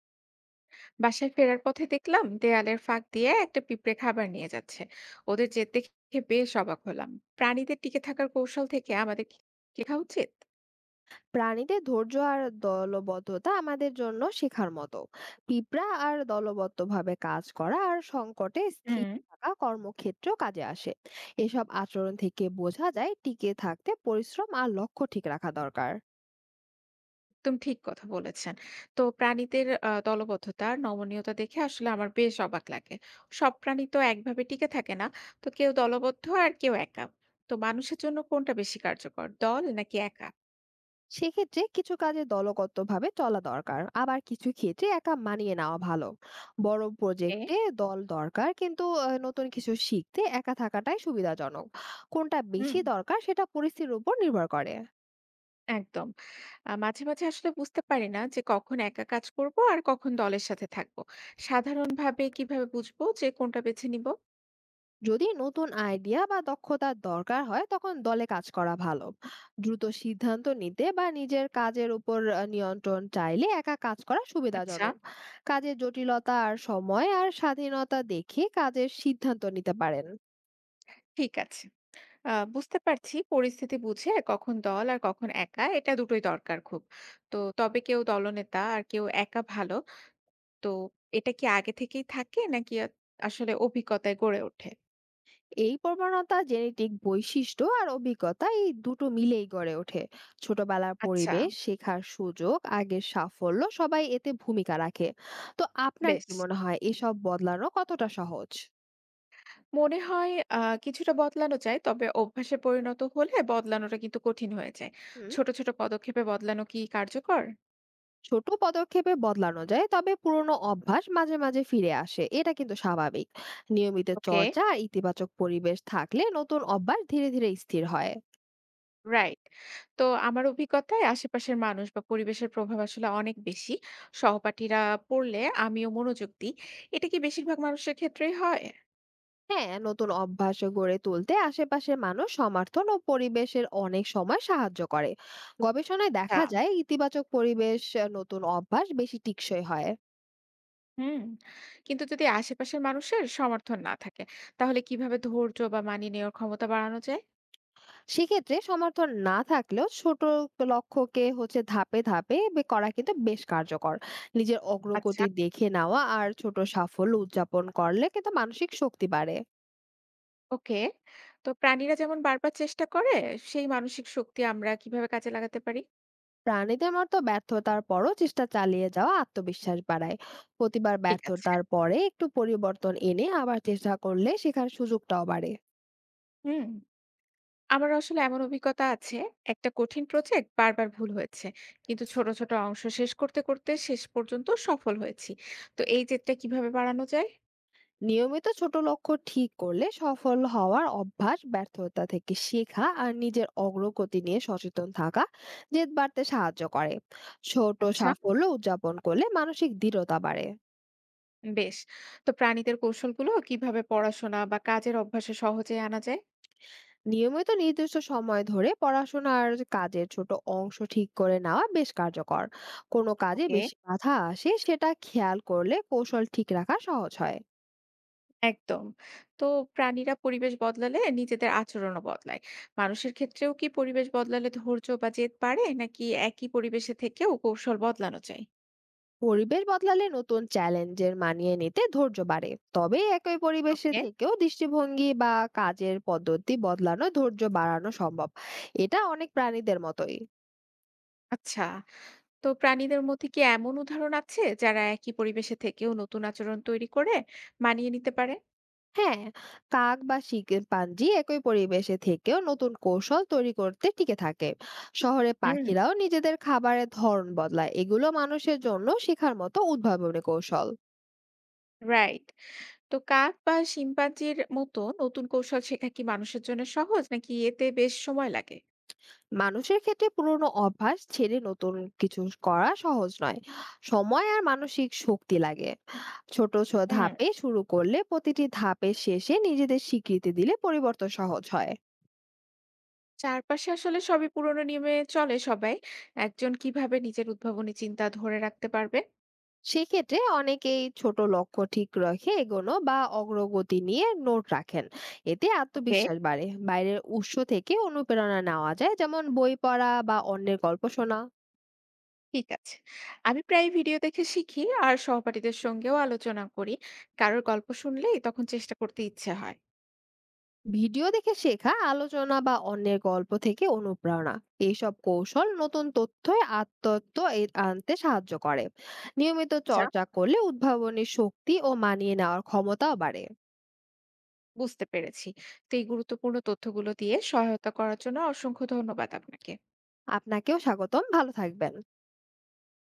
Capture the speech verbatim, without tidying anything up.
বাসায় ফেরার পথে দেখলাম দেয়ালের ফাঁক দিয়ে একটা পিঁপড়ে খাবার নিয়ে যাচ্ছে। ওদের জেদ দেখে বেশ অবাক হলাম। প্রাণীদের টিকে থাকার কৌশল থেকে আমাদের কি শেখা উচিত? প্রাণীদের ধৈর্য আর দলবদ্ধতা আমাদের জন্য শেখার মতো। পিঁপড়া আর দলবদ্ধভাবে কাজ করা আর সংকটে স্থির হুম, থাকা কর্মক্ষেত্রেও কাজে আসে। এসব আচরণ থেকে বোঝা যায় টিকে থাকতে পরিশ্রম আর লক্ষ্য ঠিক রাখা দরকার। একদম ঠিক কথা বলেছেন। তো প্রাণীদের আহ, দলবদ্ধতা আর নমনীয়তা দেখে আসলে আমার বেশ অবাক লাগে। সব প্রাণী তো একভাবে টিকে থাকে না। তো কেউ দলবদ্ধ আর কেউ একা। তো মানুষের জন্য কোনটা বেশি কার্যকর, দল নাকি একা? সেক্ষেত্রে কিছু কাজে দলগতভাবে চলা দরকার, আবার কিছু ক্ষেত্রে একা মানিয়ে নেওয়া ভালো। বড় এ, প্রজেক্টে দল দরকার, কিন্তু আহ, নতুন কিছু শিখতে একা থাকাটাই সুবিধাজনক। কোনটা হুম, বেশি দরকার সেটা পরিস্থিতির উপর নির্ভর করে। একদম। আ মাঝে, মাঝে আসলে বুঝতে পারি না যে কখন একা কাজ করব আর কখন দলের সাথে থাকব। সাধারণভাবে কিভাবে বুঝবো যে কোনটা বেছে নিব? যদি নতুন আইডিয়া বা দক্ষতার দরকার হয়, তখন দলে কাজ করা ভালো। দ্রুত সিদ্ধান্ত নিতে বা নিজের কাজের উপর আহ, নিয়ন্ত্রণ চাইলে একা কাজ করা আচ্ছা, সুবিধাজনক। কাজের জটিলতা আর সময় আর স্বাধীনতা দেখে কাজের সিদ্ধান্ত নিতে পারেন। ঠিক আছে। আ বুঝতে পারছি পরিস্থিতি বুঝে কখন দল আর কখন একা, এটা দুটোই দরকার খুব। তো তবে কেউ দলনেতা আর কেউ একা ভালো। তো এটা কি আগে থেকেই থাকে নাকি আ আসলে অভিজ্ঞতায় গড়ে ওঠে? এই প্রবণতা জেনেটিক বৈশিষ্ট্য আর অভিজ্ঞতা, এই দুটো মিলেই গড়ে ওঠে। ছোটবেলার আচ্ছা, পরিবেশ, শেখার সুযোগ, আগের সাফল্য সবাই এতে ভূমিকা রাখে। তো আপনার বেশ। কি মনে হয় এসব বদলানো কতটা সহজ? মনে হয় আ কিছুটা বদলানো যায়। তবে অভ্যাসে পরিণত হলে বদলানোটা কিন্তু কঠিন হয়ে যায়। হুম। ছোট ছোট পদক্ষেপে বদলানো কি কার্যকর? ছোট পদক্ষেপে বদলানো যায়, তবে পুরনো অভ্যাস মাঝে মাঝে ফিরে আসে, এটা কিন্তু স্বাভাবিক। নিয়মিত ওকে। চর্চা আর ইতিবাচক পরিবেশ থাকলে নতুন অভ্যাস ধীরে ধীরে স্থির হয়। রাইট। তো আমার অভিজ্ঞতায় আশেপাশের মানুষ বা পরিবেশের প্রভাব আসলে অনেক বেশি। সহপাঠীরা পড়লে আমিও মনোযোগ দিই। এটা কি বেশিরভাগ মানুষের ক্ষেত্রেই হয়? হ্যাঁ, নতুন অভ্যাস গড়ে তুলতে আশেপাশের মানুষ, সমর্থন ও পরিবেশের অনেক সময় সাহায্য করে। গবেষণায় আচ্ছা, দেখা যায় ইতিবাচক পরিবেশ আহ, নতুন অভ্যাস বেশি টিকসই হয়। হুম। কিন্তু যদি আশেপাশের মানুষের সমর্থন না থাকে, তাহলে কিভাবে ধৈর্য বা মানিয়ে নেওয়ার ক্ষমতা বাড়ানো যায়? সেক্ষেত্রে সমর্থন না থাকলেও ছোট লক্ষ্যকে হচ্ছে ধাপে ধাপে বে- করা কিন্তু বেশ কার্যকর। নিজের আচ্ছা। অগ্রগতি দেখে নেওয়া আর ছোট সাফল্য উদযাপন করলে কিন্তু মানসিক শক্তি বাড়ে। ওকে। তো প্রাণীরা যেমন বারবার চেষ্টা করে, সেই মানসিক শক্তি আমরা কিভাবে কাজে লাগাতে পারি? প্রাণীদের মতো ব্যর্থতার পরও চেষ্টা চালিয়ে যাওয়া আত্মবিশ্বাস বাড়ায়। প্রতিবার ঠিক আছে। ব্যর্থতার পরে একটু পরিবর্তন এনে আবার চেষ্টা করলে শেখার সুযোগটাও বাড়ে। হুম। আমার আসলে এমন অভিজ্ঞতা আছে, একটা কঠিন প্রজেক্ট বারবার ভুল হয়েছে। কিন্তু ছোট ছোট অংশ শেষ করতে, করতে শেষ পর্যন্ত সফল হয়েছি। তো এই জেদটা কিভাবে বাড়ানো যায়? নিয়মিত ছোট লক্ষ্য ঠিক করলে সফল হওয়ার অভ্যাস, ব্যর্থতা থেকে শেখা আর নিজের অগ্রগতি নিয়ে সচেতন থাকা জেদ বাড়তে সাহায্য করে। ছোট আচ্ছা, সাফল্য উদযাপন করলে মানসিক দৃঢ়তা বাড়ে। বেশ। তো প্রাণীদের কৌশলগুলো কিভাবে পড়াশোনা বা কাজের অভ্যাসে সহজে আনা যায়? নিয়মিত নির্দিষ্ট সময় ধরে পড়াশোনার কাজের ছোট অংশ ঠিক করে নেওয়া বেশ কার্যকর। কোনো কাজে ওকে, বেশি বাধা আসে সেটা খেয়াল করলে কৌশল ঠিক রাখা সহজ হয়। একদম। তো প্রাণীরা পরিবেশ বদলালে নিজেদের আচরণও বদলায়। মানুষের ক্ষেত্রেও কি পরিবেশ বদলালে ধৈর্য বা জেদ বাড়ে? নাকি একই পরিবেশে থেকেও কৌশল বদলানো যায়? পরিবেশ বদলালে নতুন চ্যালেঞ্জের মানিয়ে নিতে ধৈর্য বাড়ে। তবে একই পরিবেশে ওকে। থেকেও দৃষ্টিভঙ্গি বা কাজের পদ্ধতি বদলানো, ধৈর্য বাড়ানো সম্ভব। এটা অনেক প্রাণীদের মতোই। আচ্ছা, তো প্রাণীদের মধ্যে কি এমন উদাহরণ আছে যারা একই পরিবেশে থেকেও নতুন আচরণ তৈরি করে মানিয়ে নিতে পারে? হ্যাঁ, কাক বা শিম্পাঞ্জি একই পরিবেশে থেকেও নতুন কৌশল তৈরি করতে টিকে থাকে। শহরে হুম। পাখিরাও নিজেদের খাবারের ধরন বদলায়, এগুলো মানুষের জন্য শেখার মতো উদ্ভাবনী কৌশল। রাইট। তো কাক বা শিম্পাঞ্জির মতো নতুন কৌশল শেখা কি মানুষের জন্য সহজ নাকি এতে বেশ সময় লাগে? মানুষের ক্ষেত্রে পুরনো অভ্যাস ছেড়ে নতুন কিছু করা সহজ নয়, সময় আর মানসিক শক্তি লাগে। ছোট ছোট হুম, ধাপে শুরু করলে, প্রতিটি ধাপের শেষে নিজেদের স্বীকৃতি দিলে পরিবর্তন সহজ হয়। চারপাশে আসলে সবই পুরোনো নিয়মে চলে সবাই। একজন কিভাবে নিজের উদ্ভাবনী চিন্তা ধরে রাখতে পারবে? সেক্ষেত্রে অনেকেই ছোট লক্ষ্য ঠিক রেখে এগোনো বা অগ্রগতি নিয়ে নোট রাখেন। এতে ওকে, আত্মবিশ্বাস বাড়ে, বাইরের উৎস থেকে অনুপ্রেরণা নেওয়া যায়, যেমন বই পড়া বা অন্যের গল্প শোনা। ঠিক আছে। আমি প্রায় ভিডিও দেখে শিখি আর সহপাঠীদের সঙ্গেও আলোচনা করি। কারোর গল্প শুনলেই তখন চেষ্টা করতে ইচ্ছে হয়। ভিডিও দেখে শেখা, আলোচনা বা অন্যের গল্প থেকে অনুপ্রেরণা, এইসব কৌশল নতুন তথ্য, আত্মত্ব এ- আনতে সাহায্য করে। নিয়মিত আচ্ছা, চর্চা করলে উদ্ভাবনী শক্তি ও মানিয়ে নেওয়ার ক্ষমতাও বাড়ে। বুঝতে পেরেছি। তো এই গুরুত্বপূর্ণ তথ্যগুলো দিয়ে সহায়তা করার জন্য অসংখ্য ধন্যবাদ আপনাকে। আপনাকেও স্বাগতম, ভালো থাকবেন।